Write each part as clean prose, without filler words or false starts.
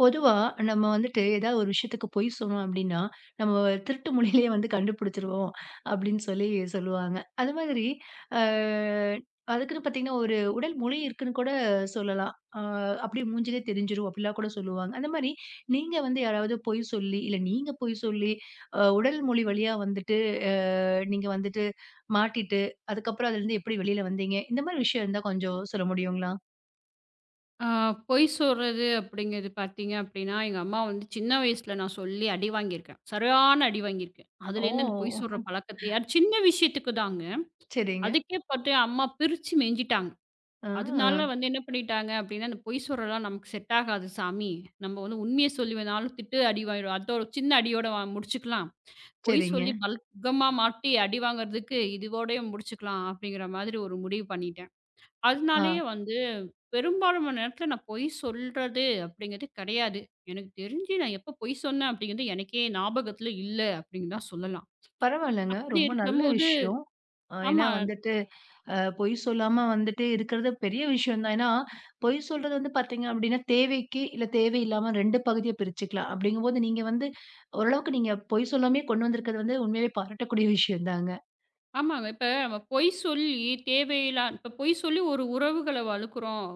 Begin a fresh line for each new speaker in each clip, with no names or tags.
பொதுவா நம்ம வந்துட்டு ஏதாவது ஒரு விஷயத்துக்கு பொய் சொன்னோம் அப்படின்னா, நம்ம திருட்டு மொழியிலேயே வந்து கண்டுபிடிச்சுருவோம் அப்படின்னு சொல்லி சொல்லுவாங்க. அது மாதிரி அ அதுக்குன்னு பார்த்தீங்கன்னா, ஒரு உடல் மொழி இருக்குன்னு கூட சொல்லலாம். அ அப்படியே மூஞ்சிலே தெரிஞ்சிரும் அப்படிலாம் கூட சொல்லுவாங்க. அந்த மாரி நீங்க வந்து யாராவது பொய் சொல்லி, இல்ல நீங்க பொய் சொல்லி உடல் மொழி வழியா வந்துட்டு அ நீங்க வந்துட்டு மாட்டிட்டு, அதுக்கப்புறம் அதுலேருந்து எப்படி வெளியில வந்தீங்க? இந்த மாரி விஷயம் இருந்தா கொஞ்சம் சொல்ல முடியுங்களா?
ஆ, பொய் சொல்றது அப்படிங்கிறது பார்த்தீங்க அப்படின்னா, எங்க அம்மா வந்து சின்ன வயசுல நான் சொல்லி அடி வாங்கியிருக்கேன். சரியான அடி வாங்கியிருக்கேன்.
ஓ!
அதுலேருந்து அந்த பொய் சொல்ற பழக்கத்தை யார் சின்ன விஷயத்துக்கு தாங்க.
சரிங்க.
அதுக்கே பார்த்து அம்மா பிரிச்சு மேய்ஞ்சிட்டாங்க.
ஆ,
அதனால வந்து என்ன பண்ணிட்டாங்க அப்படின்னா, "அந்த பொய் சொல்றலாம் நமக்கு செட் ஆகாது சாமி. நம்ம வந்து உண்மைய சொல்லி வேணாலும் திட்டு அடி வாங்கிடுவோம். அதோட ஒரு சின்ன அடியோட வ முடிச்சுக்கலாம். பொய்
சரிங்க.
சொல்லி பல்கமா மாட்டி அடி வாங்குறதுக்கு இதுவோடயே முடிச்சுக்கலாம்." அப்படிங்கிற மாதிரி ஒரு முடிவு பண்ணிட்டேன்.
ஆ.
அதனாலேயே வந்து பெரும்பாலான நேரத்துல நான் பொய் சொல்றது அப்படிங்கிறது கிடையாது. எனக்கு தெரிஞ்சு நான் எப்ப பொய் சொன்னேன் அப்படிங்கிறது எனக்கே ஞாபகத்துல இல்ல அப்படின்னு தான் சொல்லலாம்.
பரவாயில்லங்க.
அப்படி
ரொம்ப நல்ல
இருக்கும்போது
விஷயம். ஏன்னா
ஆமா,
வந்துட்டு, பொய் சொல்லாம வந்துட்டு இருக்கிறது பெரிய விஷயம் தான். ஏன்னா, பொய் சொல்றது வந்து பார்த்தீங்க அப்டின்னா, தேவைக்கு, இல்ல தேவையில்லாம 2 பகுதியா பிரிச்சுக்கலாம். அப்டிங்கும்போது நீங்க வந்து ஓரளவுக்கு நீங்க பொய் சொல்லாமயே கொண்டு வந்திருக்கிறது வந்து உண்மையிலே பாராட்டக்கூடிய விஷயம் தாங்க.
ஆமாங்க. இப்ப நம்ம பொய் சொல்லி தேவையில்லா இப்ப பொய் சொல்லி ஒரு உறவுகள வலுக்குறோம்,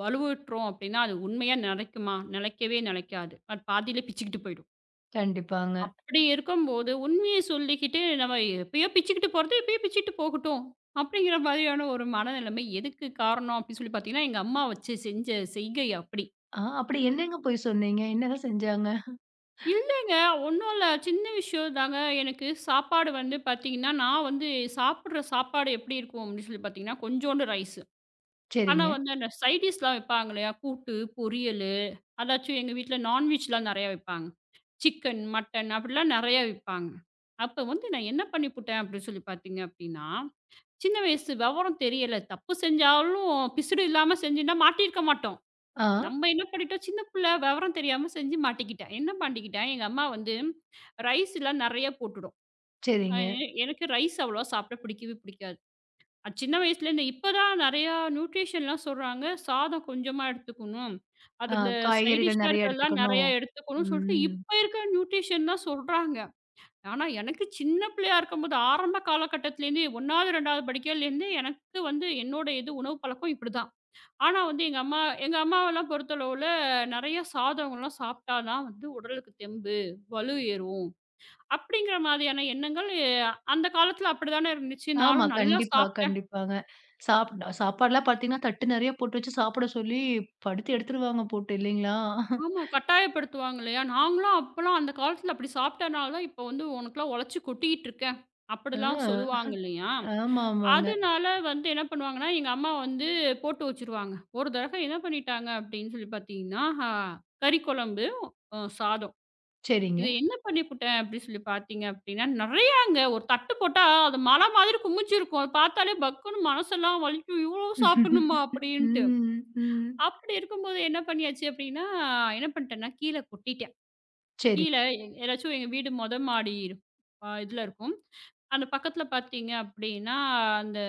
வலுவுட்றோம் அப்படின்னா அது உண்மையா நிலைக்குமா? நிலைக்கவே நிலைக்காது. அது பாதியிலே பிச்சுக்கிட்டு போயிடும்.
கண்டிப்பாங்க.
அப்படி இருக்கும்போது, உண்மைய சொல்லிக்கிட்டு நம்ம எப்பயோ பிச்சுக்கிட்டு போறது, எப்பயோ பிச்சுட்டு போகட்டும். அப்படிங்கிற மாதிரியான ஒரு மனநிலைமை எதுக்கு காரணம் அப்படின்னு சொல்லி பார்த்தீங்கன்னா, எங்க அம்மா வச்சு செஞ்ச செய்கை அப்படி.
ஆ அப்படி என்னங்க பொய் சொன்னீங்க? என்னதான் செஞ்சாங்க?
இல்லங்க, ஒண்ணும் இல்ல. சின்ன விஷயம் தாங்க. எனக்கு சாப்பாடு வந்து பார்த்தீங்கன்னா, நான் வந்து சாப்பிடுற சாப்பாடு எப்படி இருக்கும் அப்படின்னு சொல்லி பார்த்தீங்கன்னா, கொஞ்சோண்டு ரைஸு. ஆனா
சரிங்க.
வந்து அந்த சைட் டிஷ்லாம் வைப்பாங்க இல்லையா? கூட்டு, பொரியல் அதாச்சும் எங்க வீட்ல நான்வெஜ்லாம் நெறையா வைப்பாங்க. சிக்கன், மட்டன் அப்படிலாம் நெறையா விப்பாங்க. அப்ப வந்து நான் என்ன பண்ணிப்புட்டேன் அப்படின்னு சொல்லி பார்த்தீங்க அப்படின்னா, சின்ன வயசு விவரம் தெரியல. தப்பு செஞ்சாலும் பிசுடு இல்லாம செஞ்சிருந்தா மாட்டியிருக்க மாட்டோம்.
ஆ,
நம்ம என்ன பண்ணிட்டோம், சின்ன பிள்ளை விவரம் தெரியாம செஞ்சு மாட்டிக்கிட்டேன். என்ன பண்ணிக்கிட்டேன், எங்க அம்மா வந்து ரைஸ்லாம் நெறையா போட்டுடும். அ
சரிங்க.
எனக்கு ரைஸ் அவ்வளவா சாப்பிட பிடிக்கவே பிடிக்காது. அது சின்ன வயசுலேருந்து இப்பதான் நெறையா நியூட்ரிஷன்லாம் சொல்றாங்க. சாதம் கொஞ்சமா எடுத்துக்கணும்.
ஆ
அதுல சைட்
காய்கறிகள்
டிஷ்ஷா
நெறைய
இருக்கிறதெல்லாம்
எடுத்துக்கணும்.
நெறையா எடுத்துக்கணும்னு சொல்லிட்டு,
ம்.
இப்ப இருக்க நியூட்ரிஷன் தான் சொல்றாங்க. ஆனா எனக்கு சின்ன பிள்ளையா இருக்கும்போது ஆரம்ப காலகட்டத்திலேருந்தே 1வது, 2வது படிக்கையிலேருந்தே எனக்கு வந்து என்னோட இது உணவு பழக்கம் இப்படிதான். ஆனா வந்து எங்க அம்மாவெல்லாம் பொறுத்தளவுல நெறையா சாதம்லாம் சாப்பிட்டா தான் வந்து உடலுக்கு தெம்பு, வலு ஏறும். அப்படிங்கிற மாதிரியான எண்ணங்கள் அந்த காலத்துல அப்படிதானே இருந்துச்சு.
ஆமா.
நானும் நல்லா
கண்டிப்பா,
சாப்பிட்டேன்.
கண்டிப்பாங்க. சாப் சாப்பாடுலாம் பார்த்தீங்கன்னா, தட்டு நெறைய போட்டு வச்சு சாப்பிட சொல்லி படுத்து எடுத்துருவாங்க போட்டு இல்லைங்களா?
ஆமா. கட்டாயப்படுத்துவாங்க இல்லையா? நாங்களும் அப்பலாம் அந்த காலத்துல அப்படி சாப்பிட்டனால தான் இப்போ வந்து உனக்கெல்லாம் உழைச்சு கொட்டிக்கிட்டு இருக்க. அப்படிலாம்
ஆ,
சொல்லுவாங்க இல்லையா?
ஆமா, ஆமாங்க.
அதனால வந்து என்ன பண்ணுவாங்கன்னா, எங்க அம்மா வந்து போட்டு வச்சுருவாங்க. ஒரு தடவை என்ன பண்ணிட்டாங்க அப்படின்னு சொல்லி பார்த்தீங்கன்னா, ஆ கறி குழம்பு, சாதம்.
சரிங்க.
இது என்ன பண்ணிப்புட்டேன் அப்படின்னு சொல்லி பார்த்தீங்க அப்படின்னா, நெறையாங்க ஒரு தட்டு போட்டா அது மலை மாதிரி குமிச்சிருக்கும். அத பார்த்தாலே பக்குன்னு மனசெல்லாம் வலிக்கும். இவ்ளோ சாப்பிடணுமா அப்படின்ட்டு.
ம், ம்.
அப்படி இருக்கும்போது என்ன பண்ணியாச்சு அப்படின்னா, என்ன பண்ணிட்டேன்னா கீழ கொட்டிட்டேன்.
சரி.
கீழ ஏதாச்சும் எங்க வீடு மொத மாடி இதுல இருக்கும். அந்த பக்கத்துல பார்த்தீங்க அப்டின்னா, அந்த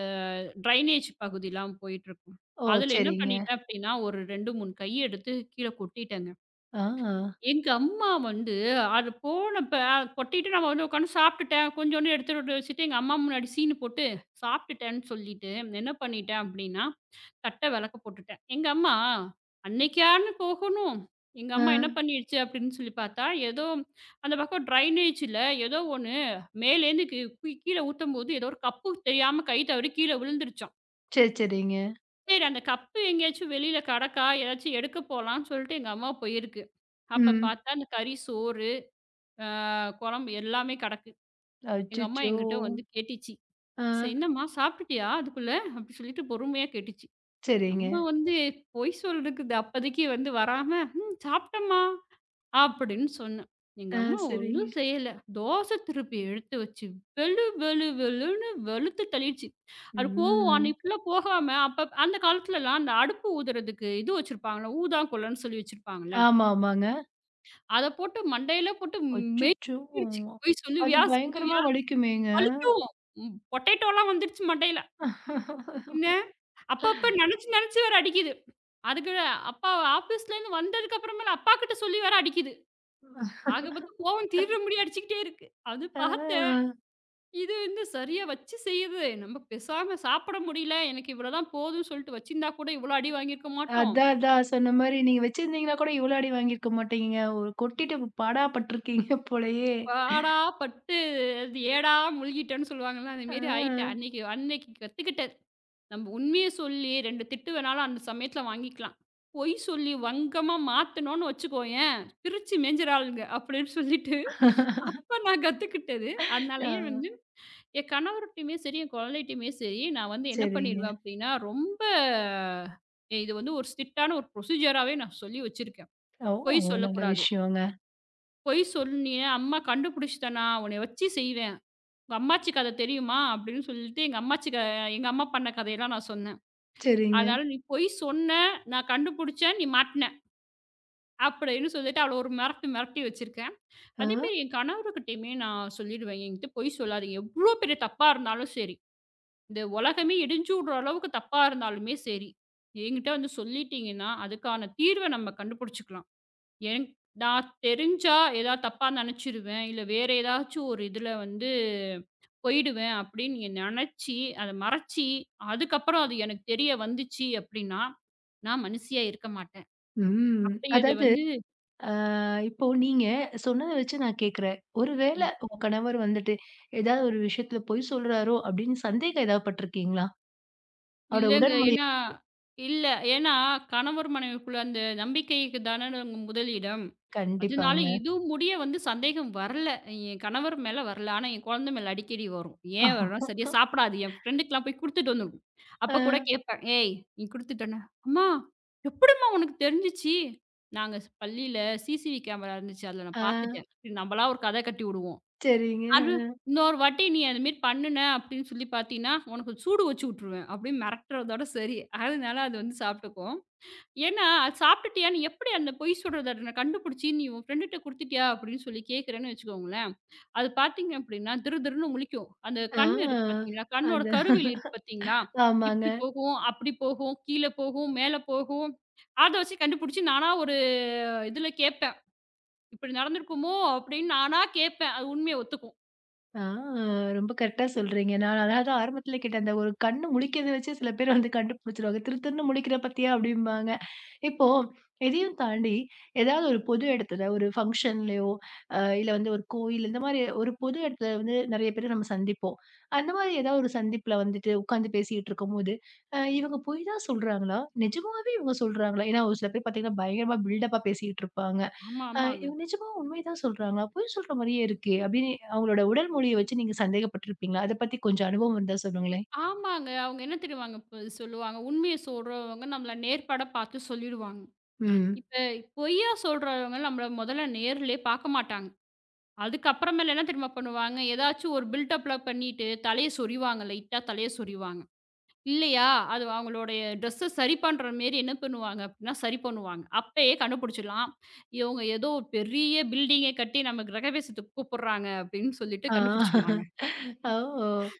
ட்ரைனேஜ் பகுதிலாம் போயிட்டுருக்கும்.
ஓ!
அதுல என்ன
சரிங்க.
பண்ணிட்டேன் அப்டின்னா, ஒரு 2, 3 கை எடுத்து கீழ கொட்டிட்டேங்க.
ஆ,
எங்க அம்மா வந்து அது போனப்ப கொட்டிட்டு நம்ம வந்து உட்காந்து சாப்பிட்டுட்டேன். கொஞ்சோண்டு எடுத்துட்டு வச்சுட்டு எங்க அம்மா முன்னாடி சீனு போட்டு சாப்பிட்டுட்டேன்னு சொல்லிட்டு என்ன பண்ணிட்டேன் அப்டின்னா தட்ட விளக்க போட்டுட்டேன். எங்க அம்மா, அன்னைக்கான்னு போகணும். எங்க அம்மா
ஆ.
என்ன பண்ணிடுச்சு அப்படின்னு சொல்லி பார்த்தா, ஏதோ அந்த பக்கம் ட்ரைனேஜ்ல ஏதோ ஒண்ணு மேலேருந்து கீ கீ கீழ ஊத்தும்போது ஏதோ ஒரு கப்பு தெரியாம கை தவறி கீழ விழுந்துருச்சாம்.
சரி, சரிங்க.
சரி அந்த கப்பு எங்கேயாச்சும் வெளியில கடக்கா, ஏதாச்சும் எடுக்க போலான்னு சொல்லிட்டு எங்க அம்மா போயிருக்கு. அப்ப
ம்.
பார்த்தா அந்த கறி சோறு, ஆ குழம்பு எல்லாமே கடக்கு. எங்க அம்மா
அச்சச்சோ!
என்கிட்ட வந்து கேட்டுச்சு.
ஆ,
சரி என்னம்மா சாப்பிட்டுட்டியா அதுக்குள்ள? அப்படி சொல்லிட்டு பொறுமையா கேட்டுச்சு.
சரிங்க.
நம்ம வந்து பொய் சொல்றதுக்கு இது அப்போதைக்கு வந்து வராம, "ம் சாப்பிட்டம்மா" அப்படின்னு சொன்னேன். எங்க
ஆ,
அம்மா ஒண்ணும்
சரிங்க.
செய்யல. தோசை திருப்பி எடுத்து வச்சு வெளு வெளு வெளுன்னு வெளுத்து தள்ளிடுச்சு. அது கோவம்
ம்.
அன்னைக்கு ஃபுல்லா போகாம அப்ப அந்த காலத்துலலாம் அந்த அடுப்பு ஊதுறதுக்கு இது வச்சிருப்பாங்கல்ல, ஊதாங்குழல்ன்னு சொல்லி வச்சிருப்பாங்கல்ல,
ஆமா, ஆமாங்க.
அத போட்டு மண்டையில போட்டு
அச்சச்சோ!
மெய்த்துருச்சு. "பொய்
அது
சொல்லுவியா?
பயங்கரமா
சொல்லுவியா?"
வலிக்குமேங்க.
வலிக்கும். பொட்டேட்டோலாம் வந்துருச்சு மண்டையில. என்ன அப்பப்ப நெனச்சு நெனச்சு வேற அடிக்குது. அதுக்கு அப்பா ஆஃபீஸ்லேருந்து வந்ததுக்கு அப்புறமேல அப்பாகிட்ட சொல்லி வேற அடிக்குது. ஆக மொத்தம் கோவம் தீர்ற முடிய அடிச்சுக்கிட்டே இருக்கு. அது
ஆ.
பார்த்தேன். இது வந்து சரியா வச்சு செய்யுது. நம்ம பேசாம சாப்பிட முடியல. எனக்கு இவ்வளோதான் போதும்னு சொல்லிட்டு வச்சிருந்தா கூட இவ்வளோ அடி வாங்கியிருக்க மாட்டோம்.
அதான், அதான் சொன்ன மாரி நீங்க வச்சிருந்தீங்கன்னா கூட இவ்ளோ அடி வாங்கியிருக்க மாட்டீங்கங்க. ஒரு கொட்டிட்டு பாடா பட்டுருக்கீங்க போலயே!
பாடா பட்டு அது ஏடா முழுகிட்டேன்னு சொல்லுவாங்கல்ல. அந்த
ஆ,
மாரி ஆயிட்டேன். அன்னைக்கு அன்னைக்கு கத்துக்கிட்டேன். நம்ம உண்மைய சொல்லி 2 திட்டு வேணாலும் அந்த சமயத்தில வாங்கிக்கலாம். பொய் சொல்லி வங்கமா மாத்துனோம்னு வச்சுக்கோயேன், பிரிச்சு மேய்ஞ்சுறாளுங்க அப்படின்னு சொல்லிட்டு. அப்ப நான் கத்துக்கிட்டது.
ஆ
அதனாலயே வந்து என் கணவர்ட்டயுமே சரி, என் குழந்தைட்டயுமே சரி, நான் வந்து என்ன
சரிங்க.
பண்ணிருவேன் அப்டின்னா, ரொம்ப இது வந்து ஒரு ஸ்ட்ரிக்ட்டான ஒரு ப்ரொசீஜராவே நான் சொல்லி வச்சிருக்கேன்.
ஓ! ஓ,
பொய்
நல்ல
சொல்லக்கூடாது.
விஷயங்க.
பொய் சொன்னியே அம்மா கண்டுபிடிச்சுட்டனா, உன்னைய வச்சு செய்வேன். உங்க அம்மாச்சி கத தெரியுமா? அப்படின்னு சொல்லிட்டு எங்க அம்மா பண்ண கதையெல்லாம் நான் சொன்னேன்.
சரிங்க.
அதனால நீ பொய் சொன்ன, நான் கண்டுபிடிச்சேன், நீ மாட்ன. அப்படின்னு சொல்லிட்டு அவள ஒரு மிரட்டு மிரட்டி வச்சிருக்கேன்.
ஆ,
அதேமாரி என் கணவர்கிட்டயுமே நான் சொல்லிடுவேன். என்கிட்ட பொய் சொல்லாதீங்க. எவ்ளோ பெரிய தப்பா இருந்தாலும் சரி. இந்த உலகமே இடிஞ்சு விடுற அளவுக்கு தப்பா இருந்தாலுமே சரி. என்கிட்ட வந்து சொல்லிட்டீங்கன்னா, அதுக்கான தீர்வ நம்ம கண்டுபிடிச்சுக்கலாம். என் நான் தெரிஞ்சா ஏதாவது தப்பா நினைச்சிருவேன். இல்ல வேற ஏதாச்சும் ஒரு இதுல வந்து போயிடுவேன் அப்படின்னு நீங்க நினைச்சு, அத மறைச்சு, அதுக்கப்புறம் அது எனக்கு தெரிய வந்துச்சு அப்படின்னா, நான் மனுஷியா இருக்க மாட்டேன்.
ம்.
அப்படிங்கிறது
அதாவது
வந்து
இப்போ நீங்க சொன்னத வச்சு நான் கேட்கிறேன். ஒரு வேள உங்க கணவர் வந்துட்டு, ஏதாவது ஒரு விஷயத்துல பொய் சொல்றாரோ! அப்படின்னு சந்தேகம் ஏதாவது பட்டுருக்கீங்களா? அவரோட
இல்லங்க.
உடல்மொழி
ஏன்னா இல்ல. ஏன்னா கணவர் மனைவிக்குள்ள அந்த நம்பிக்கைக்கு தானங்க முதல் இடம். அதனால
கண்டிப்பாங்க.
இது முடிய வந்து சந்தேகம் வரல. என் கணவர் மேல வரல. ஆனா என் குழந்தை மேல அடிக்கடி வரும். ஏன் வரும்னா, சரியா சாப்பிடாது. என் ஃப்ரெண்டுக்குலாம் போய் குடுத்துட்டு வந்துருக்கும். அப்ப கூட
ஆ,
கேட்பேன். "ஏய்! நீ குடுத்துட்டனா?" "அம்மா! எப்படிம்மா உனக்கு தெரிஞ்சுச்சு?" "நாங்க பள்ளியில சிசிவி கேமரா இருந்துச்சு. அதுல
ஆ
நான் பார்த்துட்டேன்." சரி நம்மளா ஒரு கதை கட்டி விடுவோம்.
சரிங்க.
அது இன்னொரு வாட்டி நீ அது மாரி பண்ணுன அப்படின்னு சொல்லி பார்த்தீன்னா, உனக்கு சூடு வச்சு விட்டுருவேன் அப்படின்னு மிரட்டுறதோட சரி. அதனால அது வந்து சாப்பிட்டுக்கும். ஏன்னா, அது சாப்பிட்டுட்டியா நீ எப்படி அந்த பொய் சொல்றத நான் கண்டுபிடிச்சு நீ உன் ஃப்ரெண்டுட்ட குடுத்துட்டியா அப்படின்னு சொல்லி கேட்கிறேன்னு வச்சுக்கோங்களேன், அது பார்த்தீங்க அப்படின்னா திரு திருன்னு முழிக்கும். அந்த கண் இருக்கு
ஆ.
பார்த்தீங்களா, கண்ணோட
அதான்.
கருவில் இருக்கு பார்த்தீங்களா,
ஆமாங்க.
இப்படி போகும், அப்படி போகும், கீழ போகும், மேல போகும். அத வச்சு கண்டுபிடிச்சு நானா ஒரு இதுல கேட்பேன். இப்படி நடந்திருக்குமோ அப்படின்னு நானா கேட்பேன். அது உண்மைய ஒத்துக்கும்.
ஆ ரொம்ப கரெக்ட்டா சொல்றீங்க. நான் அதாவது ஆரம்பத்தில கேட்டேன். அந்த ஒரு கண்ணு முழிக்கிறத வச்சு சில பேர் வந்து கண்டுபிடிச்சுருவாங்க. "திரு திருன்னு முழிக்கிற பாத்தியா?" அப்படிம்பாங்க. இப்போ இதையும் தாண்டி ஏதாவது ஒரு பொது இடத்துல, ஒரு ஃபங்ஷன்லயோ, இல்ல வந்து ஒரு கோயில் இந்த மாரி ஒரு பொது இடத்துல வந்து நெறைய பேர நம்ம சந்திப்போம். அந்த மாரி ஏதாவது ஒரு சந்திப்புல வந்துட்டு உட்கார்ந்து பேசிட்டு இருக்கும்போது, இவங்க பொய் தான் சொல்றாங்களா? நிஜமாவே இவங்க சொல்றாங்களா? ஏன்னா ஒரு சில பேர் பாத்தீங்கன்னா, பயங்கரமா பில்டப்பா பேசிட்டு இருப்பாங்க.
ஆமா, ஆமாங்க.
இவங்க நிஜமா உண்மைதான் சொல்றாங்களா? பொய் சொல்ற மாரியே இருக்கே! அப்படின்னு அவங்களோட உடல் மொழிய வச்சு நீங்க சந்தேகப்பட்டுருப்பீங்களா? அத பத்தி கொஞ்சம் அனுபவம் இருந்தா சொல்லுங்களேன்?
ஆமாங்க. அவங்க என்ன தெரியுமாங்க இப்ப சொல்லுவாங்க, உண்மைய சொல்றவங்க நம்மள நேர்பட பார்த்து சொல்லிடுவாங்க.
ம்.
இப்ப பொய்யா சொல்றவங்க நம்மள முதல்ல நேர்லயே பார்க்க மாட்டாங்க. அதுக்கப்புறமேல என்ன தெரியுமா பண்ணுவாங்க, ஏதாச்சும் ஒரு பில்டப்ல பண்ணிட்டு தலைய சொறிவாங்க, லைட்டா தலைய சொறிவாங்க. இல்லையா, அது அவங்களுடைய ட்ரெஸ்ஸ சரி பண்ற மாரி என்ன பண்ணுவாங்க அப்படின்னா, சரி பண்ணுவாங்க. அப்பயே கண்டுபிடிச்சிடலாம். இவங்க ஏதோ ஒரு பெரிய பில்டிங்கே கட்டி நம்ம கிரகவேசத்துக்கு கூப்பிடுறாங்க அப்படின்னு சொல்லிட்டு
ஆ
கண்டுபிடிச்சிடலாங்க.
ஓ!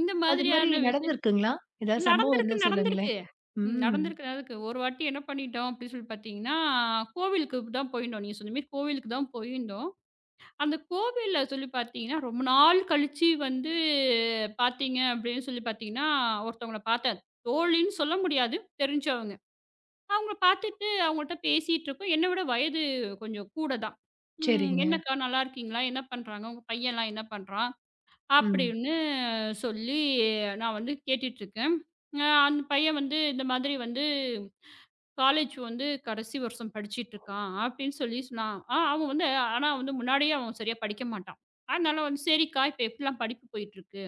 இந்த
அது மாரி
மாதிரியான விஷயம்
நடந்திருக்குங்களா? ஏதாவது சம்பவம்
நடந்திருக்கு
இருந்தா
நடந்திருக்கு.
சொல்லுங்களேன்?
ம்.
ம்.
நடந்திருக்கு. அதுக்கு ஒரு வாட்டி என்ன பண்ணிட்டோம் அப்படின்னு சொல்லி பார்த்தீங்கன்னா, கோவிலுக்கு தான் போயிருந்தோம். நீங்க சொன்ன மாரி கோவிலுக்கு தான் போயிருந்தோம். அந்த கோவில்ல சொல்லி பார்த்தீங்கன்னா, ரொம்ப நாள் கழிச்சு வந்து பார்த்தீங்க அப்படின்னு சொல்லி பார்த்தீங்கன்னா, ஒருத்தவங்கள பார்த்தேன். தோழின்னு சொல்ல முடியாது. தெரிஞ்சவங்க. அவங்கள பார்த்துட்டு அவங்கள்ட்ட பேசிட்டு இருக்கோம். என்ன விட வயது கொஞ்சம் கூட தான். ம்.
சரிங்க.
"என்னக்கா நல்லா இருக்கீங்களா? என்ன பண்றாங்க? உங்க பையன்லாம் என்ன பண்றான்?"
ம்.
அப்படின்னு சொல்லி நான் வந்து கேட்டுட்டு இருக்கேன். அந்த பையன் வந்து இந்த மாதிரி வந்து காலேஜ் வந்து கடைசி வருஷம் படிச்சிட்டுருக்கான் அப்படின்னு சொல்லி சொன்னான். ஆ அவன் வந்து ஆனா வந்து முன்னாடியே அவன் சரியா படிக்க மாட்டான். அதனால வந்து சரிக்கா இப்ப எப்படிலாம் படிப்பு போயிட்டுருக்கு?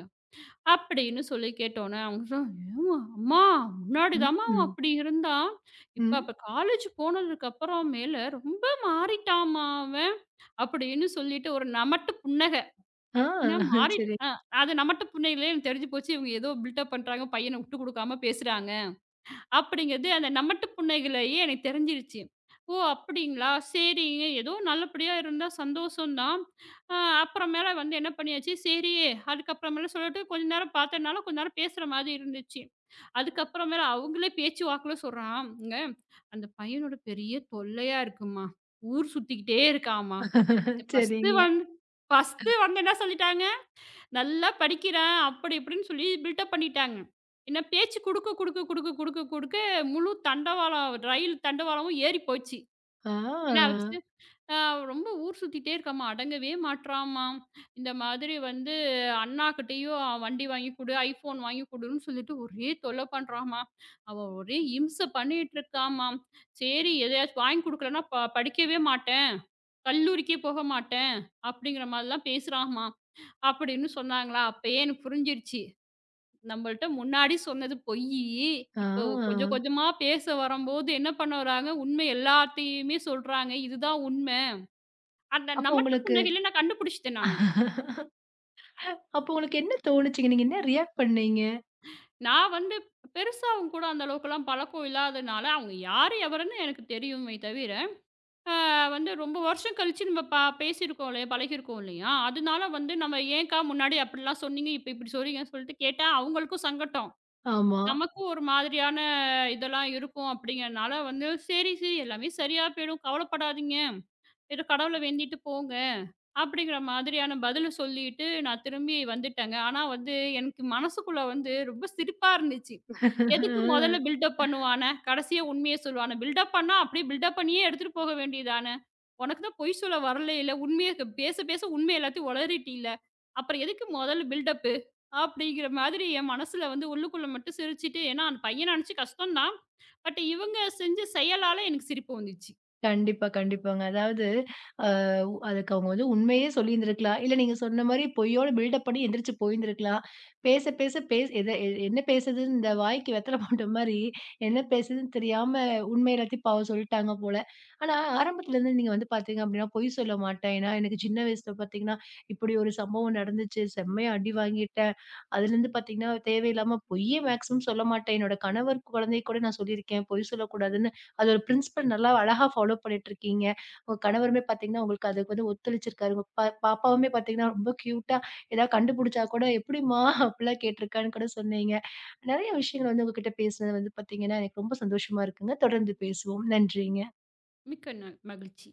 அப்படின்னு சொல்லி கேட்டோனே, அவங்க சொன்னாங்க, ஏம்மா அம்மா முன்னாடி
ம்,
தாம்மா அவன்
ம்,
அப்படி இருந்தான். இப்ப
ம்.
அப்ப காலேஜ் போனதுக்கு அப்புறம் மேல ரொம்ப மாறிட்டாம்மா அவன். அப்படின்னு சொல்லிட்டு ஒரு நமட்டு புன்னக.
ஆ
என்ன மாறிட்
சரி,
அ அது நமட்டு புன்னகையிலே எனக்கு தெரிஞ்சு போச்சு. இவங்க ஏதோ பில்டப் பண்றாங்க. பையன விட்டு குடுக்காம பேசுறாங்க. அப்படிங்கிறது அந்த நமட்டு புன்னகையிலேயே எனக்கு தெரிஞ்சிருச்சு. ஓ! அப்படிங்களா? சரிங்க. ஏதோ நல்லபடியா இருந்தா சந்தோஷம் தான். அ அப்புறமேல வந்து என்ன பண்ணியாச்சு, சரி அதுக்கப்புறமேல சொல்லிட்டு கொஞ்ச நேரம் பார்த்தனால கொஞ்ச நேரம் பேசுற மாதிரி இருந்துச்சு. அதுக்கப்புறமேல அவங்களே பேச்சு வாக்குல சொல்றாங்க, "அந்த பையனோட பெரிய தொல்லையா இருக்கும்மா. ஊர் சுத்திக்கிட்டே இருக்கான்ம்மா." ஃபர்ஸ்ட்டு
சரிங்க.
வந்து ஃபர்ஸ்ட்டு வந்து என்ன சொல்லிட்டாங்க நல்லா படிக்கிறேன். அப்படி இப்படின்னு சொல்லி பில்டப் பண்ணிட்டாங்க. என்ன பேச்சு குடுக்க குடுக்க குடுக்க குடுக்க குடுக்க முழு தண்டவாளம் ரயில் தண்டவாளமும் ஏறி போச்சு. என்ன
ஆ,
ஆச்சு, அ ரொம்ப ஊர் சுத்திட்டே இருக்காம்மா. அடங்கவே மாட்றாம்மா. இந்த மாதிரி வந்து அண்ணாகிட்டயும் வண்டி வாங்கி குடு, ஐஃபோன் வாங்கி குடுன்னு சொல்லிட்டு ஒரே தொல்ல பண்றாம்மா. அவ ஒரே இம்ச பண்ணிட்டு இருக்காம்மா. சரி எதையாச்சும் வாங்கி குடுக்கலன்னா படிக்கவே மாட்டேன். கல்லூரிக்கே போக மாட்டேன். அப்படிங்கிற மாதிரிலாம் பேசுறாம்மா. அப்படின்னு சொன்னாங்களா, அப்பயே எனக்கு புரிஞ்சிருச்சு. நம்மள்ட்ட முன்னாடி சொன்னது பொய்யி. இப்போ கொஞ்சம்
ஆ.
கொஞ்சமா பேச வரம்போது என்ன பண்ண வராங்க, உண்மை எல்லாத்தையுமே சொல்றாங்க. இதுதான் உண்மை. அந்த
அப்போ
நமட்டு
உங்களுக்கு
புன்னகையில நான் கண்டுபிடிச்சுட்டேன் நானு.
அப்போ உங்களுக்கு என்ன தோணுச்சுங்க? நீங்க என்ன ரியாக்ட் பண்ணீங்க?
நான் வந்து பெருசா அவங்க கூட அந்த அளவுக்குலாம் பழக்கம் இல்லாதனால, அவங்க யாரு எவருன்னு எனக்கு தெரியுமே தவிர, அ வந்து ரொம்ப வருஷம் கழிச்சு நம்ம பேசியிருக்கோம் இல்லையா, பழகியிருக்கோம் இல்லையா, அதனால வந்து நம்ம ஏன்க்கா முன்னாடி அப்படிலாம் சொன்னீங்க, இப்போ இப்படி சொல்றீங்கன்னு சொல்லிட்டு கேட்டா அவங்களுக்கும் சங்கடம்.
ஆமா.
நமக்கும் ஒரு மாதிரியான இதெல்லாம் இருக்கும் அப்படிங்கிறனால வந்து, "சரி, சரி எல்லாமே சரியா போயிடும். கவலைப்படாதீங்க. ஏதோ கடவுள வேண்டிட்டு போங்க." அப்படிங்கிற மாதிரியான பதில சொல்லிட்டு நான் திரும்பி வந்துட்டேங்க. ஆனா வந்து எனக்கு மனசுக்குள்ள வந்து ரொம்ப சிரிப்பா இருந்துச்சு.
அ
எதுக்கு மொதல்ல பில்டப் பண்ணுவானே? கடைசியா உண்மைய சொல்லுவானே? பில்டப் பண்ணா அப்படியே பில்டப் பண்ணியே எடுத்துட்டு போக வேண்டியதானே? உனக்கு தான் பொய் சொல்ல வரலைல்ல. உண்மைய பேச பேச உண்மை எல்லாத்தையும் உளறிட்டீல்ல. அப்புறம் எதுக்கு மொதல்ல பில்டப்பு? அப்படிங்கிற மாதிரி என் மனசுல வந்து உள்ளுக்குள்ள மட்டும் சிரிச்சுட்டு ஏன்னா அந்த பையன நெனச்சு கஷ்டம் தான். பட் இவங்க செஞ்ச செயலால எனக்கு சிரிப்பு வந்துச்சு.
கண்டிப்பா, கண்டிப்பாங்க. அதாவது அ அதுக்கு அவங்க வந்து உண்மையே சொல்லியிருந்திருக்கலாம். இல்ல நீங்க சொன்ன மாரி பொய்யோட பில்டப் பண்ணி எந்திரிச்சு போயிருந்திருக்கலாம். பேச, பேச பேச எத எ என்ன பேசுதுன்னு இந்த வாய்க்கு வெத்தல போட்ட மாரி, என்ன பேசுதுன்னு தெரியாம உண்மை எல்லாத்தையும் பாவம் சொல்லிட்டாங்க போல. ஆனா ஆரம்பத்துலருந்து நீங்க வந்து பார்த்தீங்க அப்டின்னா, பொய் சொல்ல மாட்டேன். ஏன்னா எனக்கு சின்ன வயசுல பார்த்தீங்கன்னா, இப்டி ஒரு சம்பவம் நடந்துச்சு. செம்மையா அடி வாங்கிட்டேன். அதுலருந்து பார்த்தீங்கன்னா, தேவையில்லாம பொய்யே மேக்ஸிமம் சொல்ல மாட்டேன். என்னோட கணவர் குழந்தை கூட நான் சொல்லியிருக்கேன். பொய் சொல்லக்கூடாதுன்னு. அது ஒரு பிரின்சிபல் நல்லா அழகா ஃபாலோ பண்ணிட்டுருக்கீங்க. உங்க கணவருமே பார்த்தீங்கன்னா, உங்களுக்கு அதுக்கு வந்து ஒத்துழைச்சிருக்காரு. உங்க பாப்பாவுமே பார்த்தீங்கன்னா, ரொம்ப கியூட்டா ஏதாவது கண்டுபிடிச்சா கூட, "எப்படிம்மா?" அப்படிலாம் கேட்டிருக்கான்னு கூட சொன்னீங்க. நெறைய விஷயங்கள் வந்து உங்ககிட்ட பேசினது வந்து பார்த்தீங்கன்னா, எனக்கு ரொம்ப சந்தோஷமா இருக்குங்க. தொடர்ந்து பேசுவோம். நன்றிங்க.
மிக்க மகிழ்ச்சி.